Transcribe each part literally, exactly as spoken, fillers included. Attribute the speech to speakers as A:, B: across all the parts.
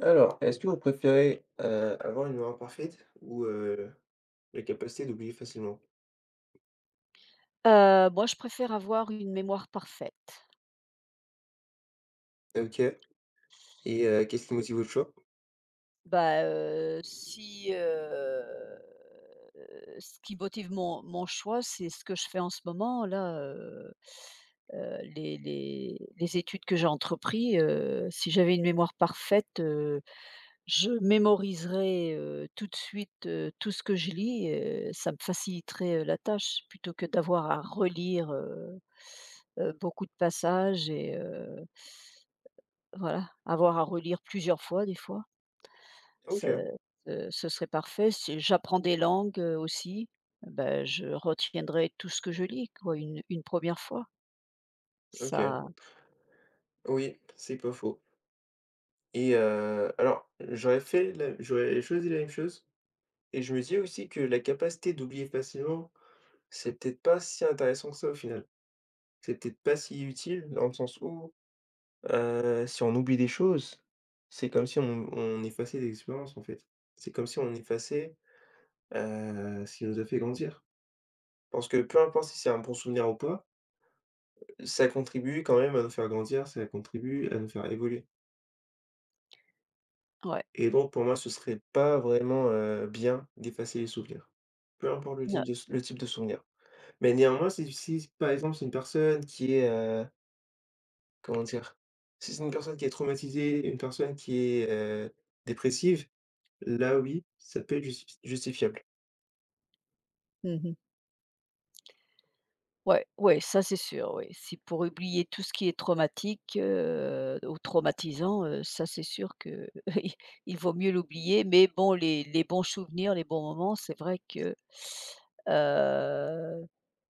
A: Alors, est-ce que vous préférez, heu, avoir une mémoire parfaite ou, heu, la capacité d'oublier facilement?
B: Heu, moi, je préfère avoir une mémoire parfaite.
A: OK. Et heu, qu'est-ce qui motive votre choix?
B: Bah, heu, si, heu, Ce qui motive mon mon choix, c'est ce que je fais en ce moment là, heu heu, les les les études que j'ai entrepris, heu, si j'avais une mémoire parfaite, heu, je mémoriserais, heu, tout de suite, heu, tout ce que je lis, heu, ça me faciliterait, heu, la tâche plutôt que d'avoir à relire, heu heu, beaucoup de passages et heu voilà, avoir à relire plusieurs fois des fois,
A: OK,
B: ce ce ce serait parfait. Si j'apprends des langues, heu, aussi, ben je retiendrai tout ce que je lis quoi, une une première fois.
A: OK.
B: Ça
A: Oui, c'est pas faux et heu, alors j'aurais fait la j'aurais choisi la même chose, et je me dis aussi que la capacité d'oublier facilement, c'est peut-être pas si intéressant que ça au final. C'est peut-être pas si utile dans le sens où, heu, si on oublie des choses, c'est comme si on on effaçait des expériences en fait. C'est comme si on effaçait Heu, ce qui nous a fait grandir. Parce que peu importe si c'est un bon souvenir ou pas, ça contribue quand même à nous faire grandir, ça contribue à nous faire évoluer.
B: ouais,
A: Et donc pour moi, ce serait pas vraiment, heu, bien d'effacer les souvenirs. Peu importe le type
B: na
A: de le type de souvenir. Mais néanmoins, si si par exemple c'est une personne qui est, heu, comment dire? Si c'est une personne qui est traumatisée, une personne qui est, heu, dépressive, là oui, ça peut être justifi justifiable.
B: mmh Ouais, ouais, ça c'est sûr, oui. Si pour oublier tout ce qui est traumatique, heu, ou traumatisant, heu, ça c'est sûr que il il vaut mieux l'oublier. Mais bon, les les bons souvenirs, les bons moments, c'est vrai que, heu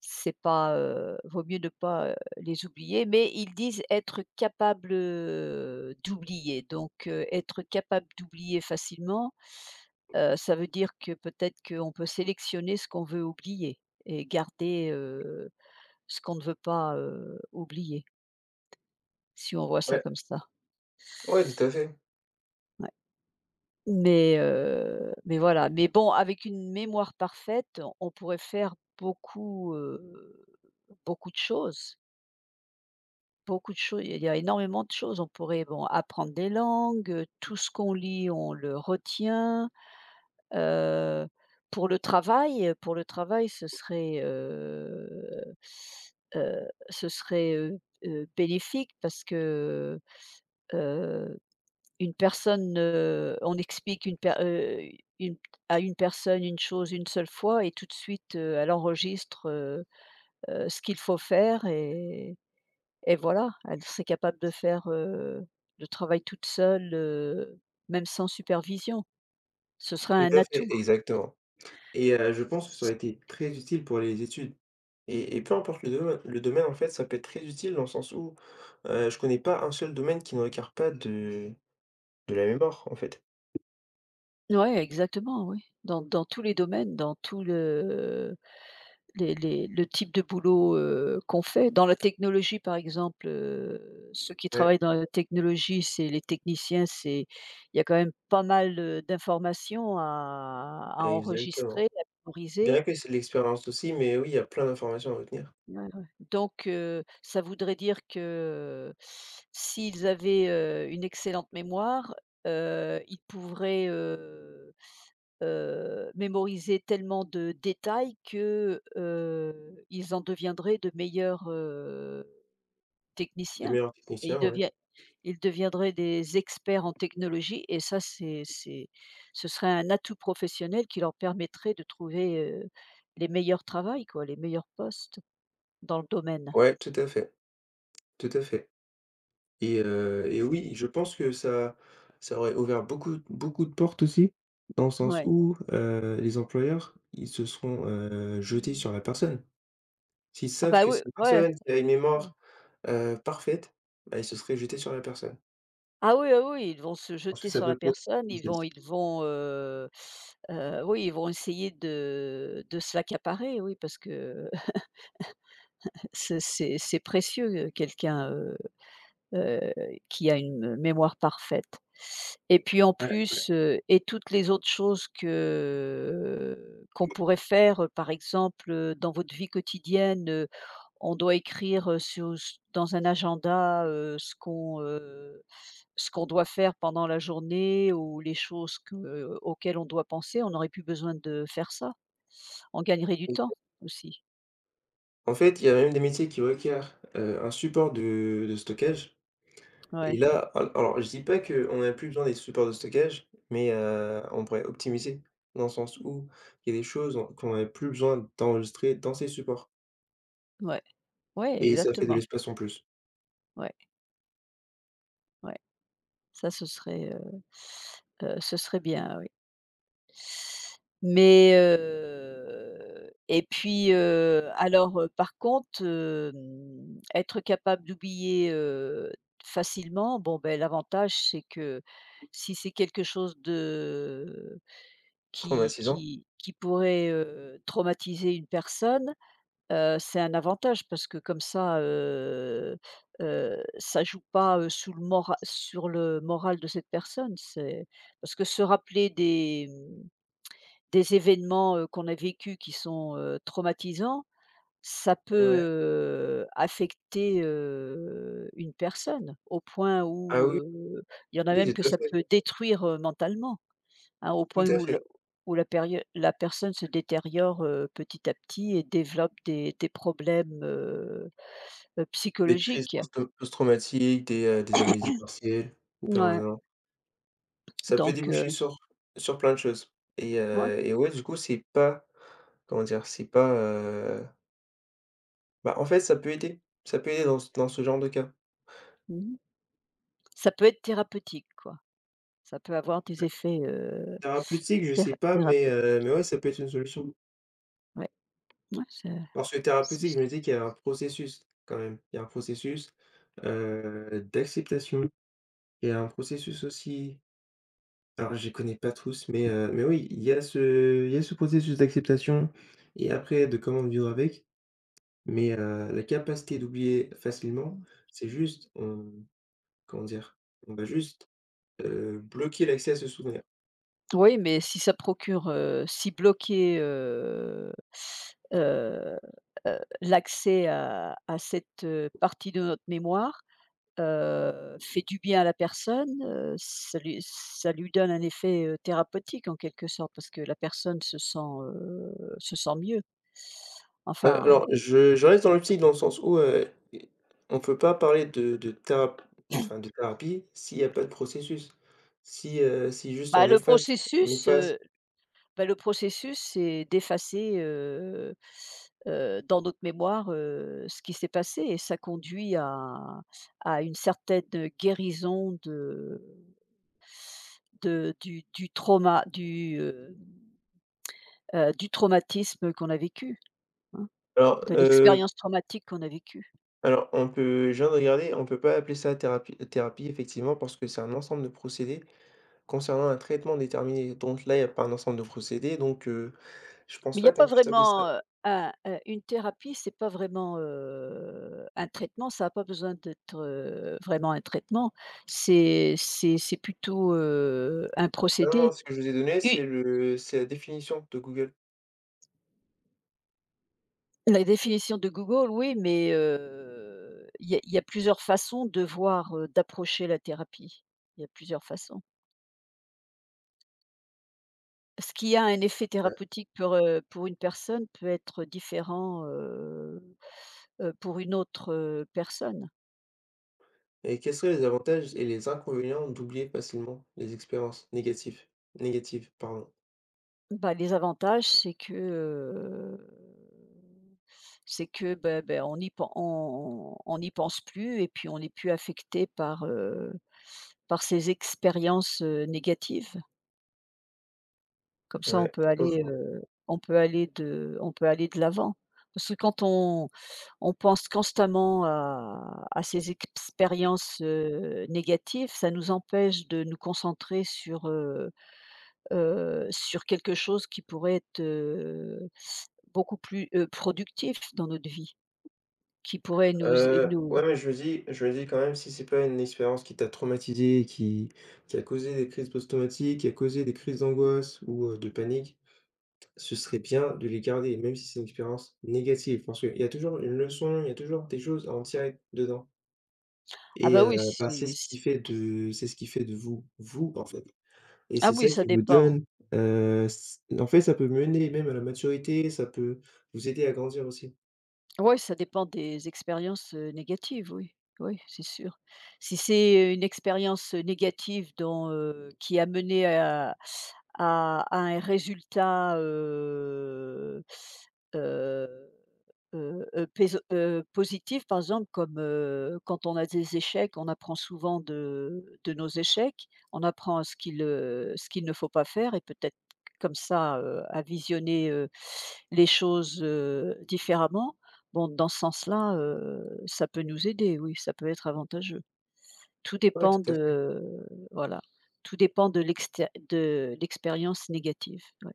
B: C'est pas, heu, vaut mieux ne pas, heu, les oublier, mais ils disent être capable, heu, d'oublier. Donc, heu, être capable d'oublier facilement, heu, ça veut dire que peut-être qu'on peut sélectionner ce qu'on veut oublier et garder, heu, ce qu'on ne veut pas, heu, oublier, si on voit ça
A: Ouais,
B: comme ça.
A: ouais, tout à fait,
B: Ouais, mais, heu, mais voilà, mais bon, avec une mémoire parfaite, on on pourrait faire beaucoup, heu, beaucoup de choses. Beaucoup de choses, il y a énormément de choses. On pourrait, bon, apprendre des langues, heu, tout ce qu'on lit, on le retient. Heu, pour le travail, pour le travail, ce serait, heu heu, ce serait, heu heu, bénéfique parce que, heu, une personne, heu, on explique une per heu, une à une personne une chose une seule fois et tout de suite, heu, elle enregistre, heu heu, ce qu'il faut faire et et voilà, elle serait capable de faire, heu, le travail toute seule, heu, même sans supervision. Ce serait
A: tout
B: un
A: à fait,
B: atout.
A: exactement. Et heu, je pense que ça aurait été très utile pour les études, et et peu importe le domaine, le domaine, en fait, ça peut être très utile dans le sens où, heu, je connais pas un seul domaine qui ne requiert pas de de la mémoire, en fait.
B: Ouais, exactement, oui. Dans dans tous les domaines, dans tout le les les le type de boulot, heu, qu'on fait. Dans la technologie, par exemple, heu, ceux qui
A: Ouais,
B: travaillent dans la technologie, c'est les techniciens, c'est il y a quand même pas mal, heu, d'informations à à enregistrer,
A: exactement.
B: à mémoriser.
A: Bien que c'est de l'expérience aussi, mais oui, il y a plein d'informations à retenir.
B: Ouais, ouais. Donc heu, ça voudrait dire que s'ils avaient, heu, une excellente mémoire, heu, ils pourraient, heu heu, mémoriser tellement de détails que, heu, ils en deviendraient de meilleurs, heu,
A: De
B: techniciens
A: meilleurs
B: et ils
A: techniciens, ouais.
B: devien ils deviendraient des experts en technologie et ça c'est c'est ce serait un atout professionnel qui leur permettrait de trouver, heu, les meilleurs travails quoi, les meilleurs postes dans le domaine.
A: Ouais, tout à fait, tout à fait, et heu et oui, je pense que ça ça aurait ouvert beaucoup beaucoup de portes aussi, dans le sens
B: Ouais.
A: où, heu, les employeurs, ils se seront, heu, jetés sur la personne. S'ils
B: Ah
A: savent
B: bah,
A: que
B: oui,
A: c'est une
B: ouais.
A: personne qui a une mémoire, heu, parfaite, bah, ils se seraient jetés sur la personne.
B: Ah oui, ah oui, ils vont se
A: Parce que
B: jeter
A: ça
B: sur
A: peut
B: la
A: provoquer une
B: personne, ils vont
A: obsession.
B: ils vont, heu heu, oui, ils vont essayer de de se l'accaparer, oui, parce que c'est c'est c'est précieux, heu, quelqu'un, heu heu, qui a une mémoire parfaite et puis en
A: Ouais, ouais,
B: plus, heu et toutes les autres choses que qu'on pourrait faire, euh, par exemple, heu, dans votre vie quotidienne, on doit écrire, heu, sur s dans un agenda, heu, ce qu'on, heu, ce qu'on doit faire pendant la journée ou les choses que euh, auxquelles on doit penser. On n'aurait plus besoin de faire ça. On gagnerait du
A: et
B: temps aussi.
A: en fait, il y a même des métiers qui requièrent, heu, un support de de stockage, et
B: Ouais,
A: là, al alors je dis pas qu'on a plus besoin des supports de stockage, mais heu, on pourrait optimiser dans le sens où il y a des choses on qu'on a plus besoin d'enregistrer dans ces supports,
B: ouais, ouais,
A: et ça fait de
B: exactement.
A: l'espace en plus.
B: Ouais, ouais. Ça, ce serait, heu heu, ce serait bien, ouais. Mais heu et puis, heu, alors, heu, par contre, hem, être capable d'oublier, heu, facilement, bon, beh, l'avantage, c'est que si c'est quelque chose de qui
A: Traumatisant.
B: qui qui pourrait, heu, traumatiser une personne, heu, c'est un avantage parce que comme ça, heu heu, ça joue pas, heu, sous le mora sur le moral de cette personne. C'est parce que se rappeler des des événements, heu, qu'on a vécus qui sont, heu, traumatisants, ça
A: Ouais.
B: peut, heu, affecter, heu, une personne au point
A: Ah
B: où,
A: oui,
B: heu, il y en a
A: oui,
B: même que
A: tout à
B: ça
A: fait,
B: peut détruire, heu, mentalement, hein, au
A: tout
B: point
A: à
B: où le
A: fait.
B: où la pério la personne se détériore, heu, petit à petit et développe des des problèmes, heu heu,
A: Des crises
B: psychologiques.
A: post post-traumatiques, des, heu, des amnésies partielles ou
B: Ouais,
A: permanentes. Ça peut
B: donc
A: déboucher
B: heu,
A: sur sur plein de choses, et
B: ouais,
A: heu et ouais, du coup, c'est pas comment dire? C'est pas, heu bah, en fait, ça peut aider, ça peut aider dans ce dans ce genre de cas.
B: mmh Ça peut être thérapeutique, quoi. Ça peut avoir des
A: Ouais.
B: effets, heu,
A: Thérapeutique, je
B: théra
A: sais pas, mais heu,
B: thérapeutiques.
A: mais ouais, ça peut être une solution.
B: Ouais, ouais, c'est
A: Parce que
B: Si
A: thérapeutique,
B: j
A: je me dis qu'il y a un processus quand même. Il y a un processus, heu, d'acceptation. Il y a un processus aussi. Alors je les connais pas tous, mais heu, mais oui, il y a ce il y a ce processus d'acceptation et après de comment vivre avec, mais heu, la capacité d'oublier facilement, c'est juste on comment dire? On va juste, heu, bloquer l'accès à ce souvenir.
B: oui, mais si ça procure, heu, si bloquer, heu heu heu, l'accès à à cette, heu, partie de notre mémoire, heu, fait du bien à la personne, heu, ça lui ça lui donne un effet, heu, thérapeutique en quelque sorte parce que la personne se sent, heu, se sent mieux.
A: Heu,
B: Enfin,
A: alors je je reste dans l'optique dans le sens où, heu, i on ne peut pas parler de de théra enfin de thérapie s'il y a pas de processus. Si, heu, si juste on
B: bah, le
A: efface on
B: processus,
A: efface
B: heu Bah, le processus, c'est d'effacer, heu heu, dans notre mémoire, heu, ce qui s'est passé et ça conduit à à une certaine guérison de de du du trauma du, heu heu, du traumatisme qu'on a vécu, hein,
A: alors.
B: de l'expérience traumatique qu'on a vécue.
A: Alors, on peut je viens de regarder, on peut pas appeler ça thérapi thérapie effectivement parce que c'est un ensemble de procédés concernant un traitement déterminé. Donc là, il y a pas un ensemble de procédés, donc heu, je pense
B: Mais il n'y
A: pas
B: a pas
A: qu'on puisse appeler
B: vraiment,
A: ça
B: heu, un, heu, une thérapie, c'est pas vraiment, heu, un traitement, ça a pas besoin d'être, heu, vraiment un traitement. C'est c'est c'est plutôt, heu, un
A: ah non, non,
B: procédé.
A: ce que je vous ai donné,
B: U
A: c'est le c'est la définition de Google.
B: La définition de Google, oui, mais, heu, il y a il y a plusieurs façons de voir, heu, d'approcher la thérapie. Il y a plusieurs façons. Ce qui a un effet thérapeutique pour, heu, pour une personne peut être différent, heu heu, pour une autre, heu, personne.
A: Et quels seraient les avantages et les inconvénients d'oublier facilement les expériences négatives? Négatives, pardon.
B: Bah, les avantages, c'est que, heu, c'est que, ben ben on n'y pen on on n'y pense plus et puis on n'est plus affecté par, heu, par ces expériences, heu, négatives. Comme ça, on
A: Ouais,
B: peut
A: c'est pas
B: aller,
A: faux.
B: heu, on peut aller de on peut aller de l'avant. Parce que quand on on pense constamment à à ces expériences, heu, négatives, ça nous empêche de nous concentrer sur, heu heu, sur quelque chose qui pourrait être, heu, beaucoup plus, heu, productif dans notre vie, qui pourrait nous euh,
A: Heu,
B: nous
A: ouais, mais je me dis je me dis quand même si c'est pas une expérience qui t'a traumatisé et qui qui a causé des crises post-traumatiques, qui a causé des crises d'angoisse ou, heu, de panique, ce serait bien de les garder, même si c'est une expérience négative, parce qu'il y a toujours une leçon, il y a toujours des choses à en tirer dedans,
B: ah
A: et
B: bah
A: heu,
B: oui,
A: bah, c'est
B: c'est
A: ce qui
B: c'est
A: fait de c'est ce qui fait de vous, vous, en fait, et
B: ah
A: c'est
B: oui,
A: ça
B: ça
A: qui vous
B: dépend.
A: donne, heu, s en fait, ça peut mener même à la maturité, ça peut vous aider à grandir aussi.
B: Ouais, ça dépend des expériences, heu, négatives, oui. Oui, c'est sûr. Si c'est une expérience négative dont heu, qui a mené à à à un résultat, heu, heu heu heu, péso heu, positive, par exemple, comme, heu, quand on a des échecs, on apprend souvent de de nos échecs. On apprend ce qu'il, heu, ce qu'il ne faut pas faire et peut-être comme ça, heu, à visionner, heu, les choses, heu, différemment. Bon, dans ce sens-là, heu, ça peut nous aider, oui, ça peut être avantageux. Tout
A: Ouais,
B: dépend
A: tout à fait,
B: de voilà, tout dépend de l'exté de l'expérience négative, ouais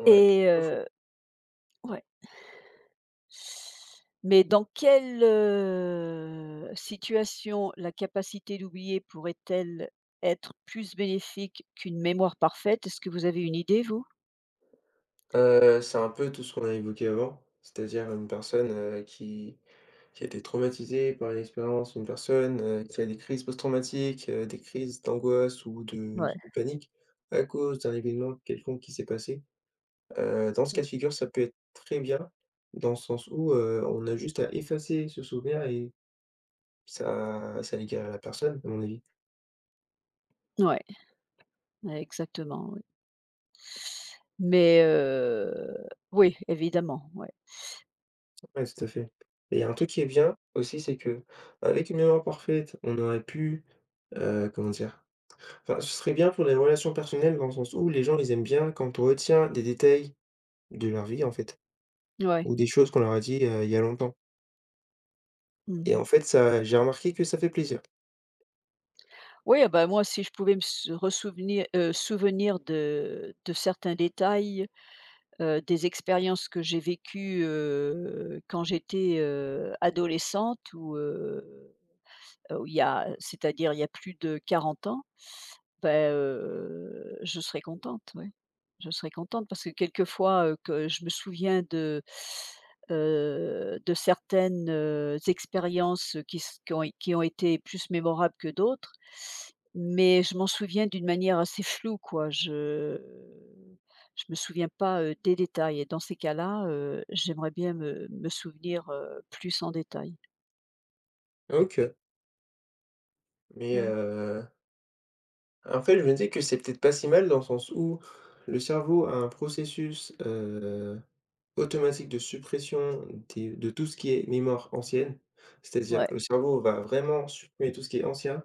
A: ouais,
B: et
A: c'est pas faux.
B: heu ouais. Mais dans quelle, heu, situation la capacité d'oublier pourrait-elle être plus bénéfique qu'une mémoire parfaite? Est-ce que vous avez une idée, vous?
A: Heu, c'est un peu tout ce qu'on a évoqué avant, c'est-à-dire une personne, heu, qui qui a été traumatisée par une expérience, une personne, heu, qui a des crises post-traumatiques, heu, des crises d'angoisse ou de
B: Ouais,
A: de panique à cause d'un événement quelconque qui s'est passé. Heu, dans ce cas de
B: ouais.
A: figure, ça peut être très bien, dans le sens où, heu, on a juste à effacer ce souvenir, et ça ça l'égare à la personne, à mon avis.
B: Ouais, ouais, exactement, oui. Mais, heu, oui, évidemment, ouais,
A: Oui, tout à fait. Et il y a un truc qui est bien aussi, c'est que avec une mémoire parfaite, on aurait pu, heu, comment dire? Enfin, ce serait bien pour les relations personnelles dans le sens où les gens, ils aiment bien quand on retient des détails de leur vie, en fait,
B: ouais.
A: ou des choses qu'on leur a dit, heu, il y a longtemps, et
B: Mmh.
A: en fait, ça, j'ai remarqué que ça fait plaisir.
B: Oui, ah bah, moi, si je pouvais me s ressouvenir heu, souvenir de de certains détails, heu, des expériences que j'ai vécues, heu, quand j'étais, heu, adolescente ou, heu, il y a c'est-à-dire il y a plus de quarante ans, bah, heu, je serais contente, ouais. Je serais contente parce que quelquefois, heu, que je me souviens de, heu, de certaines, heu, expériences qui s qui ont qui ont été plus mémorables que d'autres, mais je m'en souviens d'une manière assez floue, quoi. Je je me souviens pas, heu, des détails et dans ces cas-là, heu, j'aimerais bien me me souvenir, heu, plus en détail.
A: OK, mais
B: Ouais.
A: heu, en fait, je me dis que c'est peut-être pas si mal dans le sens où le cerveau a un processus, heu, automatique de suppression des de tout ce qui est mémoire ancienne. C'est-à-dire,
B: Ouais,
A: le cerveau va vraiment supprimer tout ce qui est ancien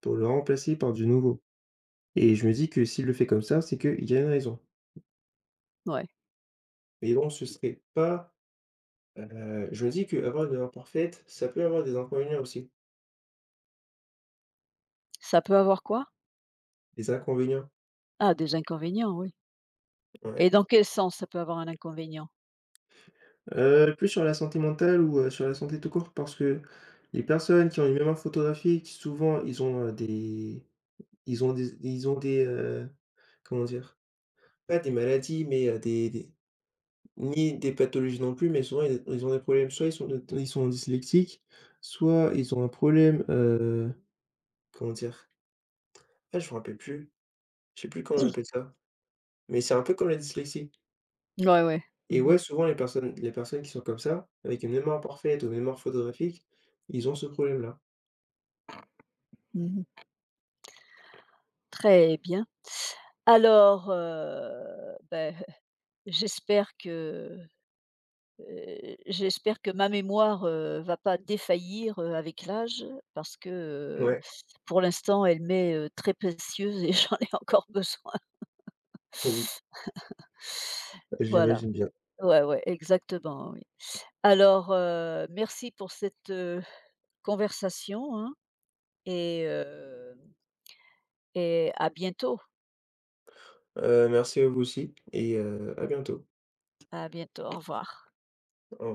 A: pour le remplacer par du nouveau, et je me dis que s'il le fait comme ça, c'est qu'il y a une raison.
B: ouais.
A: Mais bon, ce serait pas, heu, je me dis qu'avoir une mémoire parfaite, ça peut avoir des inconvénients aussi.
B: Ça peut avoir quoi?
A: Des inconvénients,
B: Ah, des inconvénients, oui.
A: ouais.
B: Et dans quel sens ça peut avoir un inconvénient?
A: Heu, plus sur la santé mentale ou, heu, sur la santé tout court, parce que les personnes qui ont une mémoire photographique, souvent ils ont, heu, des ils ont des ils ont des, heu, comment dire? Pas des maladies, mais, heu, des des ni des pathologies non plus, mais souvent ils ils ont des problèmes. Soit ils sont ils sont dyslexiques, soit ils ont un problème, heu, comment dire? Ah, je me rappelle plus. Je sais plus comment on appelle ça. Mais c'est un peu comme la dyslexie,
B: Ouais, ouais. Mmh
A: et
B: mh.
A: ouais, souvent les personnes les personnes qui sont comme ça, avec une mémoire parfaite ou une mémoire photographique, ils ont ce problème-là.
B: Mmh. Très bien. Alors, heu, beh, j'espère que, heu, j'espère que ma mémoire, heu, va pas défaillir, heu, avec l'âge parce que, heu,
A: Ouais,
B: pour l'instant, elle m'est, heu, très précieuse et j'en ai encore besoin.
A: oui,
B: Voilà.
A: j'imagine bien.
B: Ouais, ouais, exactement, oui. Alors, heu, merci pour cette, heu, conversation, hein et heu et à bientôt,
A: Heu, merci à vous aussi et heu, à bientôt.
B: à bientôt, au revoir.
A: Au revoir.